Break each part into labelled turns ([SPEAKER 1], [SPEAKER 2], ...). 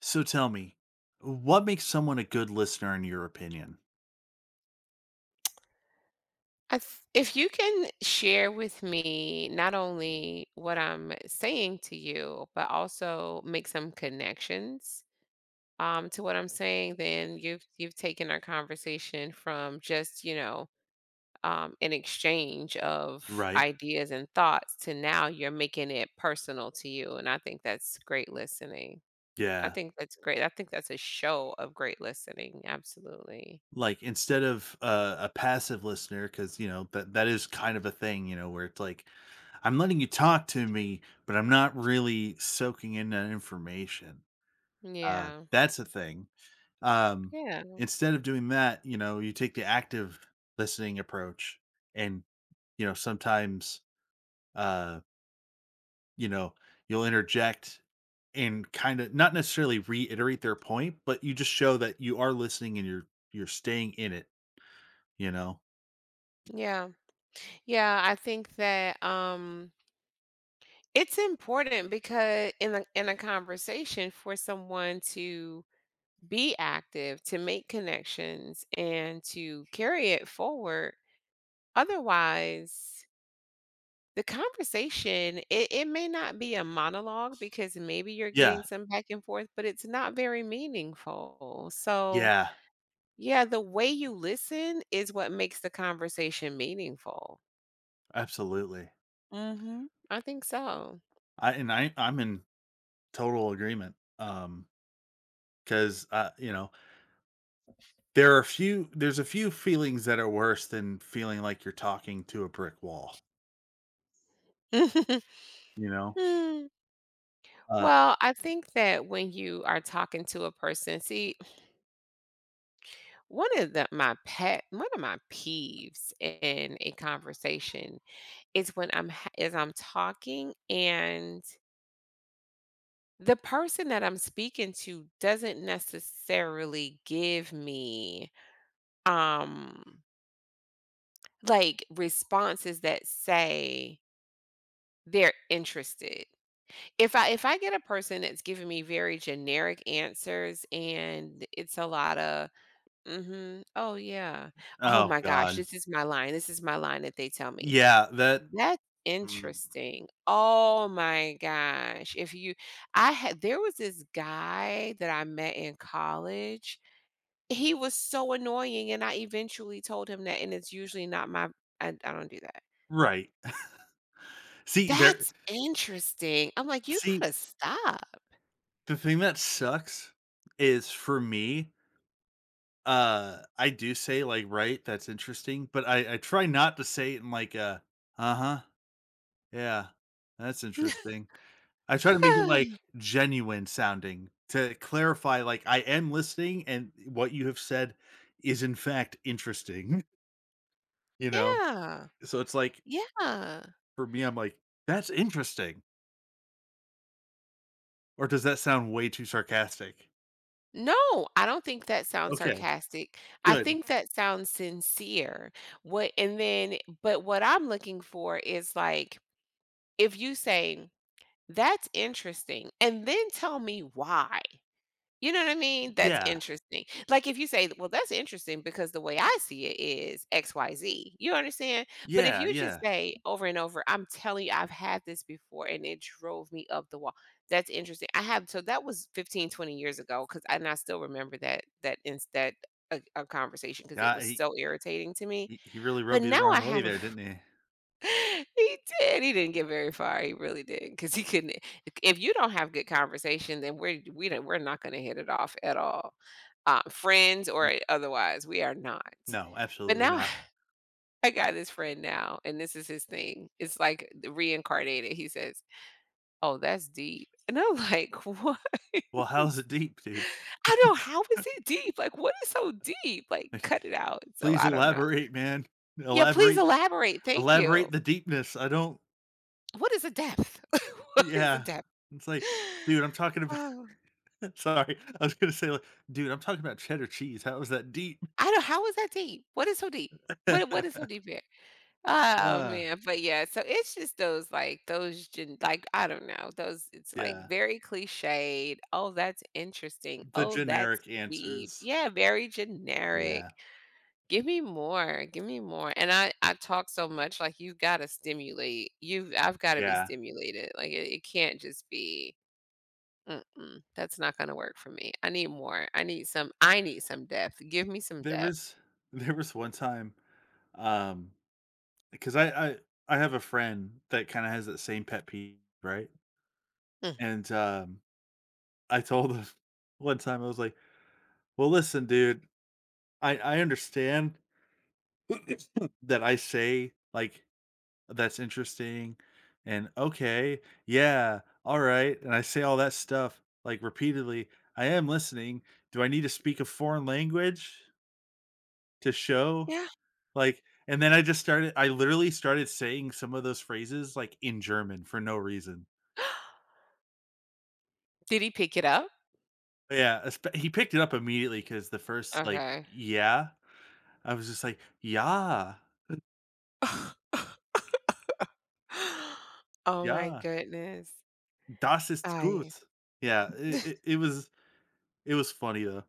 [SPEAKER 1] So tell me, what makes someone a good listener in your opinion?
[SPEAKER 2] If you can share with me not only what I'm saying to you, but also make some connections to what I'm saying, then you've taken our conversation from just an exchange of
[SPEAKER 1] Right.
[SPEAKER 2] ideas and thoughts to now you're making it personal to you, and I think that's great listening. I
[SPEAKER 1] Yeah.
[SPEAKER 2] think that's great. I think that's a show of great listening. Absolutely.
[SPEAKER 1] Like instead of a passive listener, because you know that is kind of a thing, you know, where it's like I'm letting you talk to me, but I'm not really soaking in that information.
[SPEAKER 2] Yeah.
[SPEAKER 1] That's a thing. Um,
[SPEAKER 2] Yeah.
[SPEAKER 1] instead of doing that, you know, you take the active listening approach, and you know sometimes uh you know, you'll interject and kind of not necessarily reiterate their point, but you just show that you are listening and you're staying in it, you know?
[SPEAKER 2] Yeah. Yeah, I think that it's important because in a conversation for someone to be active, to make connections and to carry it forward. Otherwise, the conversation it may not be a monologue because maybe you're
[SPEAKER 1] Yeah.
[SPEAKER 2] getting some back and forth, but it's not very meaningful. So
[SPEAKER 1] Yeah.
[SPEAKER 2] yeah, the way you listen is what makes the conversation meaningful.
[SPEAKER 1] Absolutely.
[SPEAKER 2] Hmm. I think so.
[SPEAKER 1] I and I I'm in total agreement. Because you know, there's a few feelings that are worse than feeling like you're talking to a brick wall, you know?
[SPEAKER 2] Mm.
[SPEAKER 1] Uh,
[SPEAKER 2] Well, I think that when you are talking to a person, see, one of my peeves in a conversation is when I'm ha- is I'm talking and the person that I'm speaking to doesn't necessarily give me um like responses that say they're interested. If I get a person that's giving me very generic answers and it's a lot of "Mhm. Oh, yeah. Oh
[SPEAKER 1] oh
[SPEAKER 2] my gosh,"
[SPEAKER 1] god.
[SPEAKER 2] this is my line, this is my line that they tell me.
[SPEAKER 1] Yeah, that
[SPEAKER 2] "That's
[SPEAKER 1] mm,
[SPEAKER 2] interesting. Oh my gosh." If you— I had— there was this guy that I met in college. He was so annoying, and I eventually told him that, and it's usually not my— I don't do that.
[SPEAKER 1] right. See there
[SPEAKER 2] "That's interesting." I'm like, "You
[SPEAKER 1] see
[SPEAKER 2] gotta stop."
[SPEAKER 1] The thing that sucks is for me, I do say like, "Right, that's interesting," but I try not to say it in like a, "Uh-huh, yeah, that's interesting." I try to make it
[SPEAKER 2] Yeah.
[SPEAKER 1] like genuine sounding to clarify like I am listening and what you have said is in fact interesting, you know?
[SPEAKER 2] Yeah.
[SPEAKER 1] So it's like
[SPEAKER 2] Yeah.
[SPEAKER 1] for me, I'm like, "That's interesting," or does that sound way too sarcastic?
[SPEAKER 2] No, I don't think that sounds
[SPEAKER 1] Okay,
[SPEAKER 2] sarcastic. I
[SPEAKER 1] good.
[SPEAKER 2] think that sounds sincere. What— and then, but what I'm looking for is like, if you say, "That's interesting," and then tell me why. You know what I mean? That's
[SPEAKER 1] Yeah,
[SPEAKER 2] interesting. Like, if you say, "Well, that's interesting because the way I see it is XYZ." You understand? But if
[SPEAKER 1] yeah,
[SPEAKER 2] you just
[SPEAKER 1] yeah.
[SPEAKER 2] say over and over, "I'm telling you, I've had this before and it drove me up the wall." That's interesting. I have— so that was 15, 20 years ago 'cause and I still remember that that ins that a conversation because it
[SPEAKER 1] Yeah,
[SPEAKER 2] was so irritating to me.
[SPEAKER 1] He really
[SPEAKER 2] But
[SPEAKER 1] rubbed you the
[SPEAKER 2] now
[SPEAKER 1] wrong
[SPEAKER 2] I
[SPEAKER 1] way
[SPEAKER 2] have
[SPEAKER 1] there, didn't he?
[SPEAKER 2] He did. He didn't get very far. He really didn't, because he couldn't— if you don't have good conversation, then we're we don't we're not gonna hit it off at all. Friends
[SPEAKER 1] N
[SPEAKER 2] or otherwise, we are not.
[SPEAKER 1] No,
[SPEAKER 2] But
[SPEAKER 1] absolutely
[SPEAKER 2] now
[SPEAKER 1] not.
[SPEAKER 2] I got this friend now, and this is his thing. It's like the reincarnated. He says, "Oh, that's deep." And I'm like, "What?"
[SPEAKER 1] Well, how's it deep, dude?
[SPEAKER 2] I know, how is it deep? Like, what is so deep? Like,
[SPEAKER 1] Like,
[SPEAKER 2] cut it out. So
[SPEAKER 1] please
[SPEAKER 2] I don't know.
[SPEAKER 1] elaborate, man.
[SPEAKER 2] Yeah, please
[SPEAKER 1] Elaborate
[SPEAKER 2] elaborate. Thank
[SPEAKER 1] Elaborate the
[SPEAKER 2] you.
[SPEAKER 1] deepness. I don't
[SPEAKER 2] What is a depth? What is a
[SPEAKER 1] yeah.
[SPEAKER 2] depth?
[SPEAKER 1] It's like, dude, I'm talking about
[SPEAKER 2] Oh,
[SPEAKER 1] sorry, I was gonna say, like, dude, I'm talking about cheddar cheese. How is that deep?
[SPEAKER 2] I don't— how is that deep? What is so deep? What is so deep here? Oh,
[SPEAKER 1] Uh,
[SPEAKER 2] man, but yeah, so it's just those, like, those gen— like, I don't know, those— it's, like,
[SPEAKER 1] yeah.
[SPEAKER 2] very cliched. "Oh, that's interesting.
[SPEAKER 1] The
[SPEAKER 2] Oh, that's
[SPEAKER 1] generic
[SPEAKER 2] deep."
[SPEAKER 1] answers.
[SPEAKER 2] Yeah, very generic.
[SPEAKER 1] Yeah.
[SPEAKER 2] Give me more," and I talk so much, like, you've got to stimulate. You have gotta stimulate. You've— I've gotta be
[SPEAKER 1] Yeah.
[SPEAKER 2] stimulated, like, it can't just be— Mm-mm, that's not gonna work for me. I need more. I need some— I need some depth. Give me some
[SPEAKER 1] There
[SPEAKER 2] depth.
[SPEAKER 1] was there was one time, um, because I have a friend that kinda has that same pet peeve, right?
[SPEAKER 2] Mm,
[SPEAKER 1] And, I told him one time, I was like, "Well, listen, dude, I understand that I say, like that's interesting,' and okay, yeah, alright,' and I say all that stuff, like, repeatedly. I am listening. Do I need to speak a foreign language to show?"
[SPEAKER 2] yeah.
[SPEAKER 1] Like and then I literally started saying some of those phrases, like, in German for no reason.
[SPEAKER 2] Did he pick it up?
[SPEAKER 1] Yeah, esp He picked it up immediately because the first, like,
[SPEAKER 2] Okay.
[SPEAKER 1] "Yeah" I was just like, yeah,
[SPEAKER 2] Oh my
[SPEAKER 1] yeah,
[SPEAKER 2] goodness.
[SPEAKER 1] das ist
[SPEAKER 2] I—
[SPEAKER 1] gut." Yeah, it it it was it was funny though.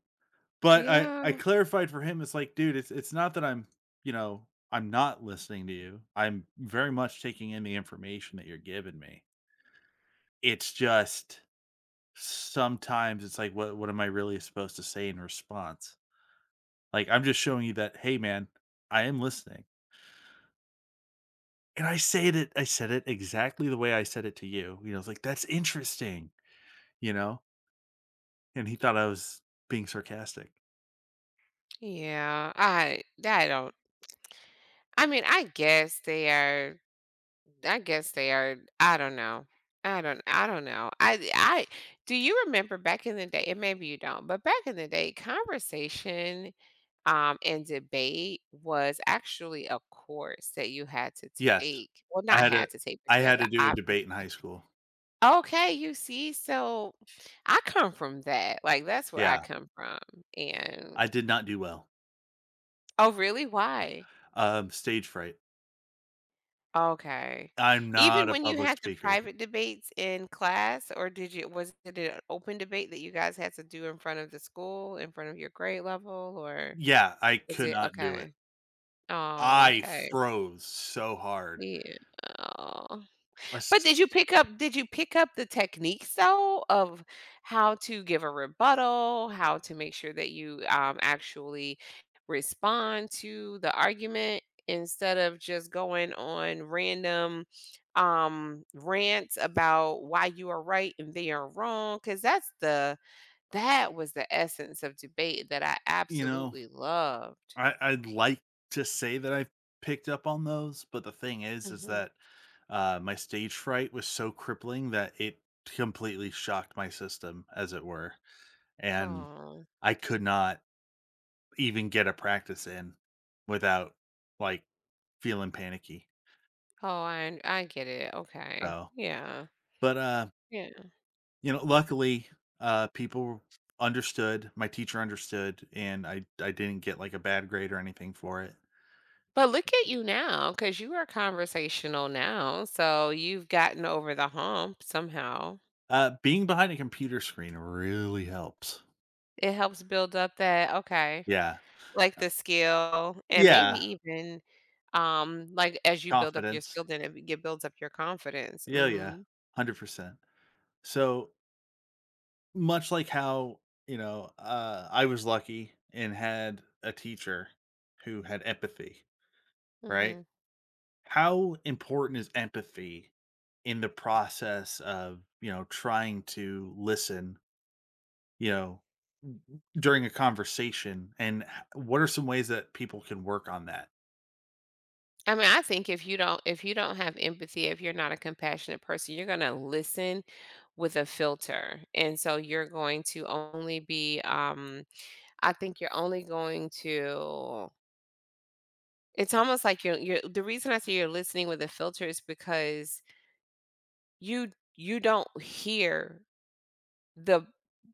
[SPEAKER 1] But I
[SPEAKER 2] Yeah.
[SPEAKER 1] clarified for him, it's like, "Dude, it's not that I'm, you know, I'm not listening to you. I'm very much taking in the information that you're giving me. It's just sometimes it's like, what am I really supposed to say in response? Like, I'm just showing you that, hey man, I am listening." And I said it exactly the way I said it to you. You know, it's like, "That's interesting," you know? And he thought I was being sarcastic.
[SPEAKER 2] Yeah. I don't— I mean, I guess they are— I guess they are— I don't know. I don't know. I do you remember back in the day, and maybe you don't, but back in the day, conversation in debate was actually a course that you had to
[SPEAKER 1] Yes.
[SPEAKER 2] take. Well,
[SPEAKER 1] I
[SPEAKER 2] not
[SPEAKER 1] had a
[SPEAKER 2] had to take, but
[SPEAKER 1] I
[SPEAKER 2] you had
[SPEAKER 1] had
[SPEAKER 2] the
[SPEAKER 1] to do a
[SPEAKER 2] option
[SPEAKER 1] debate
[SPEAKER 2] to
[SPEAKER 1] in high
[SPEAKER 2] take.
[SPEAKER 1] school.
[SPEAKER 2] Okay, you see, so I come from that. Like that's where I
[SPEAKER 1] Yeah,
[SPEAKER 2] come from. And
[SPEAKER 1] I did not do well.
[SPEAKER 2] oh, really? Why?
[SPEAKER 1] Stage fright.
[SPEAKER 2] Okay.
[SPEAKER 1] I'm not
[SPEAKER 2] Even
[SPEAKER 1] a
[SPEAKER 2] when you
[SPEAKER 1] public
[SPEAKER 2] had the
[SPEAKER 1] speaker.
[SPEAKER 2] private debates in class, or did you— was it an open debate that you guys had to do in front of the school, in front of your grade level, or
[SPEAKER 1] Yeah, I
[SPEAKER 2] was
[SPEAKER 1] could
[SPEAKER 2] it—
[SPEAKER 1] not do it.
[SPEAKER 2] okay? Oh,
[SPEAKER 1] I
[SPEAKER 2] okay.
[SPEAKER 1] froze so hard.
[SPEAKER 2] Yeah.
[SPEAKER 1] I s
[SPEAKER 2] But did you pick up the techniques though of how to give a rebuttal, how to make sure that you, actually respond to the argument instead of just going on random, rants about why you are right and they are wrong? Because that's the— that was the essence of debate that I
[SPEAKER 1] you know,
[SPEAKER 2] absolutely loved.
[SPEAKER 1] I I'd like to say that I picked up on those, but the thing is
[SPEAKER 2] Mhm.
[SPEAKER 1] that, my stage fright was so crippling that it completely shocked my system, as it were, and
[SPEAKER 2] Aw.
[SPEAKER 1] I could not even get a practice in without, like, feeling panicky,
[SPEAKER 2] Oh, I— I get it. Okay.
[SPEAKER 1] so
[SPEAKER 2] Yeah.
[SPEAKER 1] but,
[SPEAKER 2] Yeah.
[SPEAKER 1] you know, luckily, people understood, my teacher understood, and I didn't get, like, a bad grade or anything for it.
[SPEAKER 2] But look at you now, because you are conversational now, so you've gotten over the hump somehow.
[SPEAKER 1] Being behind a computer screen really helps.
[SPEAKER 2] It helps build up that— okay,
[SPEAKER 1] Yeah.
[SPEAKER 2] like, the skill and maybe
[SPEAKER 1] Yeah,
[SPEAKER 2] even, like, as you build up your
[SPEAKER 1] confidence.
[SPEAKER 2] skill, then it builds up your confidence.
[SPEAKER 1] Yeah, yeah,
[SPEAKER 2] Mhm,
[SPEAKER 1] 100%. So, much like how, you know, I was lucky and had a teacher who had empathy, right?
[SPEAKER 2] mhm.
[SPEAKER 1] How important is empathy in the process of, you know, trying to listen, you know, during a conversation? And h What are some ways that people can work on that?
[SPEAKER 2] I mean, I think if you don't— if you don't have empathy, if you're not a compassionate person, you're gonna listen with a filter, and so you're going to only be, I think you're only going to— it's almost like you're— you're the reason I say you're listening with a filter is because you— you don't hear the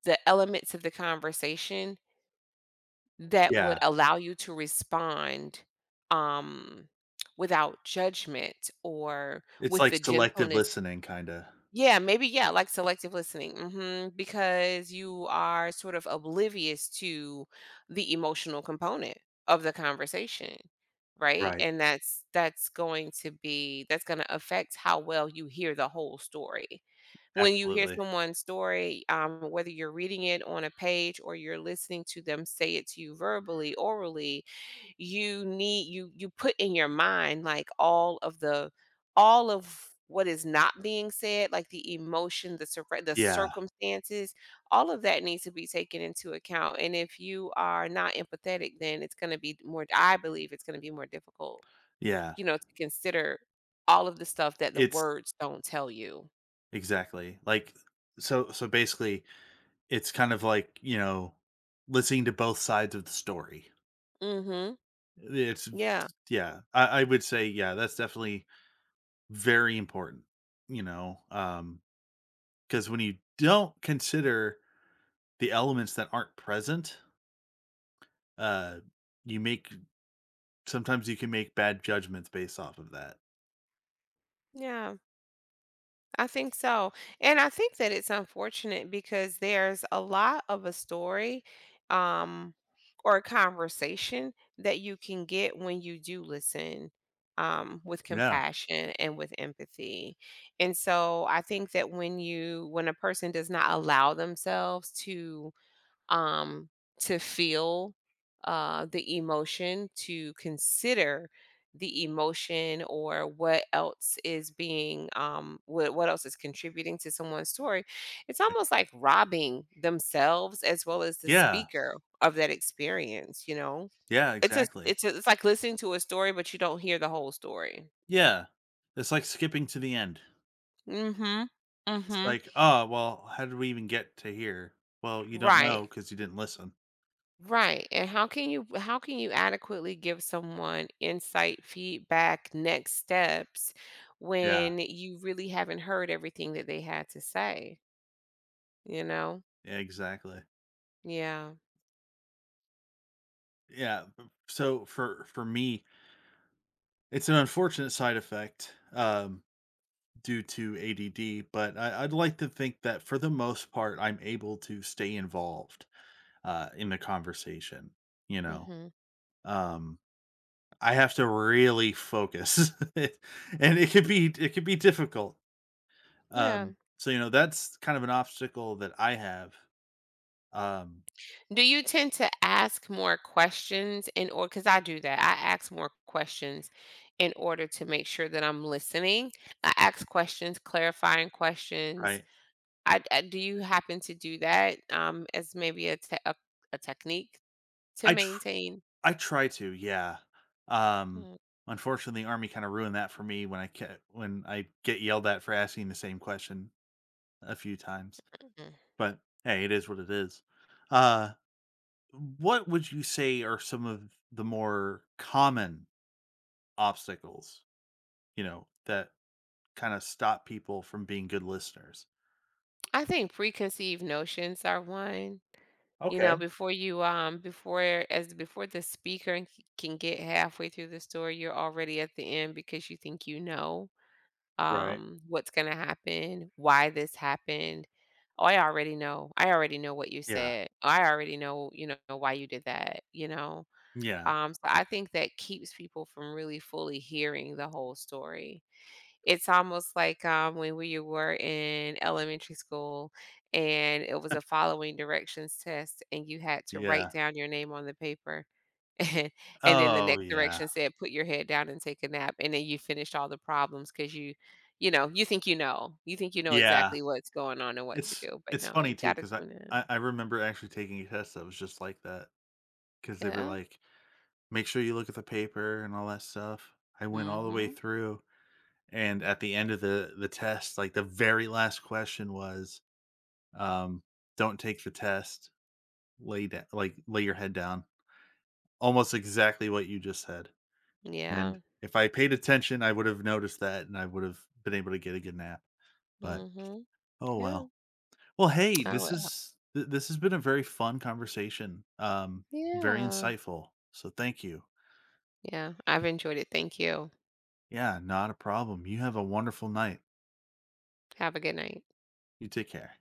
[SPEAKER 2] the elements of the conversation that would
[SPEAKER 1] Yeah.
[SPEAKER 2] allow you to respond, um, without judgment or
[SPEAKER 1] It's
[SPEAKER 2] with
[SPEAKER 1] like
[SPEAKER 2] the
[SPEAKER 1] selective
[SPEAKER 2] gentleness.
[SPEAKER 1] listening kinda.
[SPEAKER 2] Yeah, maybe, yeah, like selective listening. Mhm, because you are sort of oblivious to the emotional component of the conversation, right?
[SPEAKER 1] Right.
[SPEAKER 2] And that's— that's going to be— that's going to affect how well you hear the whole story. When you hear
[SPEAKER 1] Absolutely.
[SPEAKER 2] someone's story, whether you're reading it on a page or you're listening to them say it to you verbally, orally, you need— you put in your mind like all of the all of what is not being said, like the emotion, the the
[SPEAKER 1] Yeah.
[SPEAKER 2] circumstances, all of that needs to be taken into account, and if you are not empathetic, then it's going to be more— I believe it's going to be more difficult,
[SPEAKER 1] Yeah.
[SPEAKER 2] you know, to consider all of the stuff that the
[SPEAKER 1] It's
[SPEAKER 2] words don't tell you.
[SPEAKER 1] exactly. Like, so so basically, it's kind of like, you know, listening to both sides of the story.
[SPEAKER 2] Mhm.
[SPEAKER 1] It's
[SPEAKER 2] Yeah.
[SPEAKER 1] yeah. I would say, yeah, that's definitely very important, you know, because when you don't consider the elements that aren't present, uh, you make sometimes you can make bad judgments based off of that.
[SPEAKER 2] Yeah, I think so. And I think that it's unfortunate because there's a lot of a story, um, or a conversation that you can get when you do listen, with
[SPEAKER 1] Yeah.
[SPEAKER 2] compassion and with empathy. And so I think that when you— when a person does not allow themselves um, to feel the emotion, to consider the emotion or what else is being— um, what else is contributing to someone's story, it's almost like robbing themselves as well as the
[SPEAKER 1] Yeah.
[SPEAKER 2] speaker of that experience, you know.
[SPEAKER 1] Yeah,
[SPEAKER 2] It's a—
[SPEAKER 1] exactly.
[SPEAKER 2] it's a— it's like listening to a story but you don't hear the whole story.
[SPEAKER 1] Yeah. It's like skipping to the end.
[SPEAKER 2] Mm, mhm. Mm,
[SPEAKER 1] It's
[SPEAKER 2] mhm.
[SPEAKER 1] like, "Oh, well, how did we even get to here?" Well, you don't
[SPEAKER 2] Right.
[SPEAKER 1] know because you didn't listen.
[SPEAKER 2] Right. And how can you— how can you adequately give someone insight, feedback, next steps
[SPEAKER 1] Yeah,
[SPEAKER 2] when you really haven't heard everything that they had to say, you know?
[SPEAKER 1] exactly.
[SPEAKER 2] Yeah.
[SPEAKER 1] Yeah, b so for me, it's an unfortunate side effect, due to ADD, but I, I'd like to think that for the most part, I'm able to stay involved in the conversation. You know,
[SPEAKER 2] Mhm.
[SPEAKER 1] um, I have to really focus, and it could be difficult.
[SPEAKER 2] Yeah.
[SPEAKER 1] So you know, that's kind of an obstacle that I have. Um,
[SPEAKER 2] Do you tend to ask more questions in order— cuz I do that. I ask more questions in order to make sure that I'm listening. I ask questions, clarifying questions.
[SPEAKER 1] right?
[SPEAKER 2] I— do you happen to do that, um, as maybe a a technique? To
[SPEAKER 1] I tr-
[SPEAKER 2] maintain—
[SPEAKER 1] I try to, yeah. Um,
[SPEAKER 2] mm,
[SPEAKER 1] unfortunately, the army kind of ruined that for me when when I get yelled at for asking the same question a few times.
[SPEAKER 2] mm.
[SPEAKER 1] But hey, it is. Uh, what would you say are some of the more common obstacles, you know, that kind of stop people from being good listeners?
[SPEAKER 2] I think preconceived notions are one, you
[SPEAKER 1] Okay.
[SPEAKER 2] know, before you, before— as before the speaker can get halfway through the story, you're already at the end because you think you know,
[SPEAKER 1] Right.
[SPEAKER 2] what's gonna happen, why this happened. Oh, I already know. I already know what you
[SPEAKER 1] Yeah.
[SPEAKER 2] said. I already know, you know, why you did that, you know.
[SPEAKER 1] Yeah.
[SPEAKER 2] So I think that keeps people from really fully hearing the whole story. It's almost like, when we were in elementary school and it was a following directions test and you had to write
[SPEAKER 1] Yeah.
[SPEAKER 2] down your name on the paper. And then the
[SPEAKER 1] Oh
[SPEAKER 2] next
[SPEAKER 1] yeah.
[SPEAKER 2] direction said, "Put your head down and take a nap." And then you finished all the problems because you— you know, you think you know. You think you know
[SPEAKER 1] Yeah.
[SPEAKER 2] exactly what's going on and what to do, but
[SPEAKER 1] It's
[SPEAKER 2] no,
[SPEAKER 1] funny
[SPEAKER 2] you
[SPEAKER 1] too
[SPEAKER 2] gotta
[SPEAKER 1] because
[SPEAKER 2] tune in.
[SPEAKER 1] I remember actually taking a test that was just like that because they were
[SPEAKER 2] Yeah.
[SPEAKER 1] like, make sure you look at the paper and all that stuff. I went all the way
[SPEAKER 2] Mhm.
[SPEAKER 1] through. And at the end of the test, like the very last question was, um, "Don't take the test. Lay down, like lay your head down." Almost exactly what you just said. And
[SPEAKER 2] Yeah.
[SPEAKER 1] if I paid attention, I would have noticed that, and I would have been able to get a good nap. But
[SPEAKER 2] Mhm.
[SPEAKER 1] oh
[SPEAKER 2] Yeah.
[SPEAKER 1] well. Well, hey,
[SPEAKER 2] I
[SPEAKER 1] this
[SPEAKER 2] will.
[SPEAKER 1] is this has been a very fun conversation. Very
[SPEAKER 2] Yeah.
[SPEAKER 1] insightful. So thank you.
[SPEAKER 2] Yeah. I've enjoyed it. Thank you.
[SPEAKER 1] Yeah, not a problem. You have a wonderful night.
[SPEAKER 2] Have a good night.
[SPEAKER 1] You take care.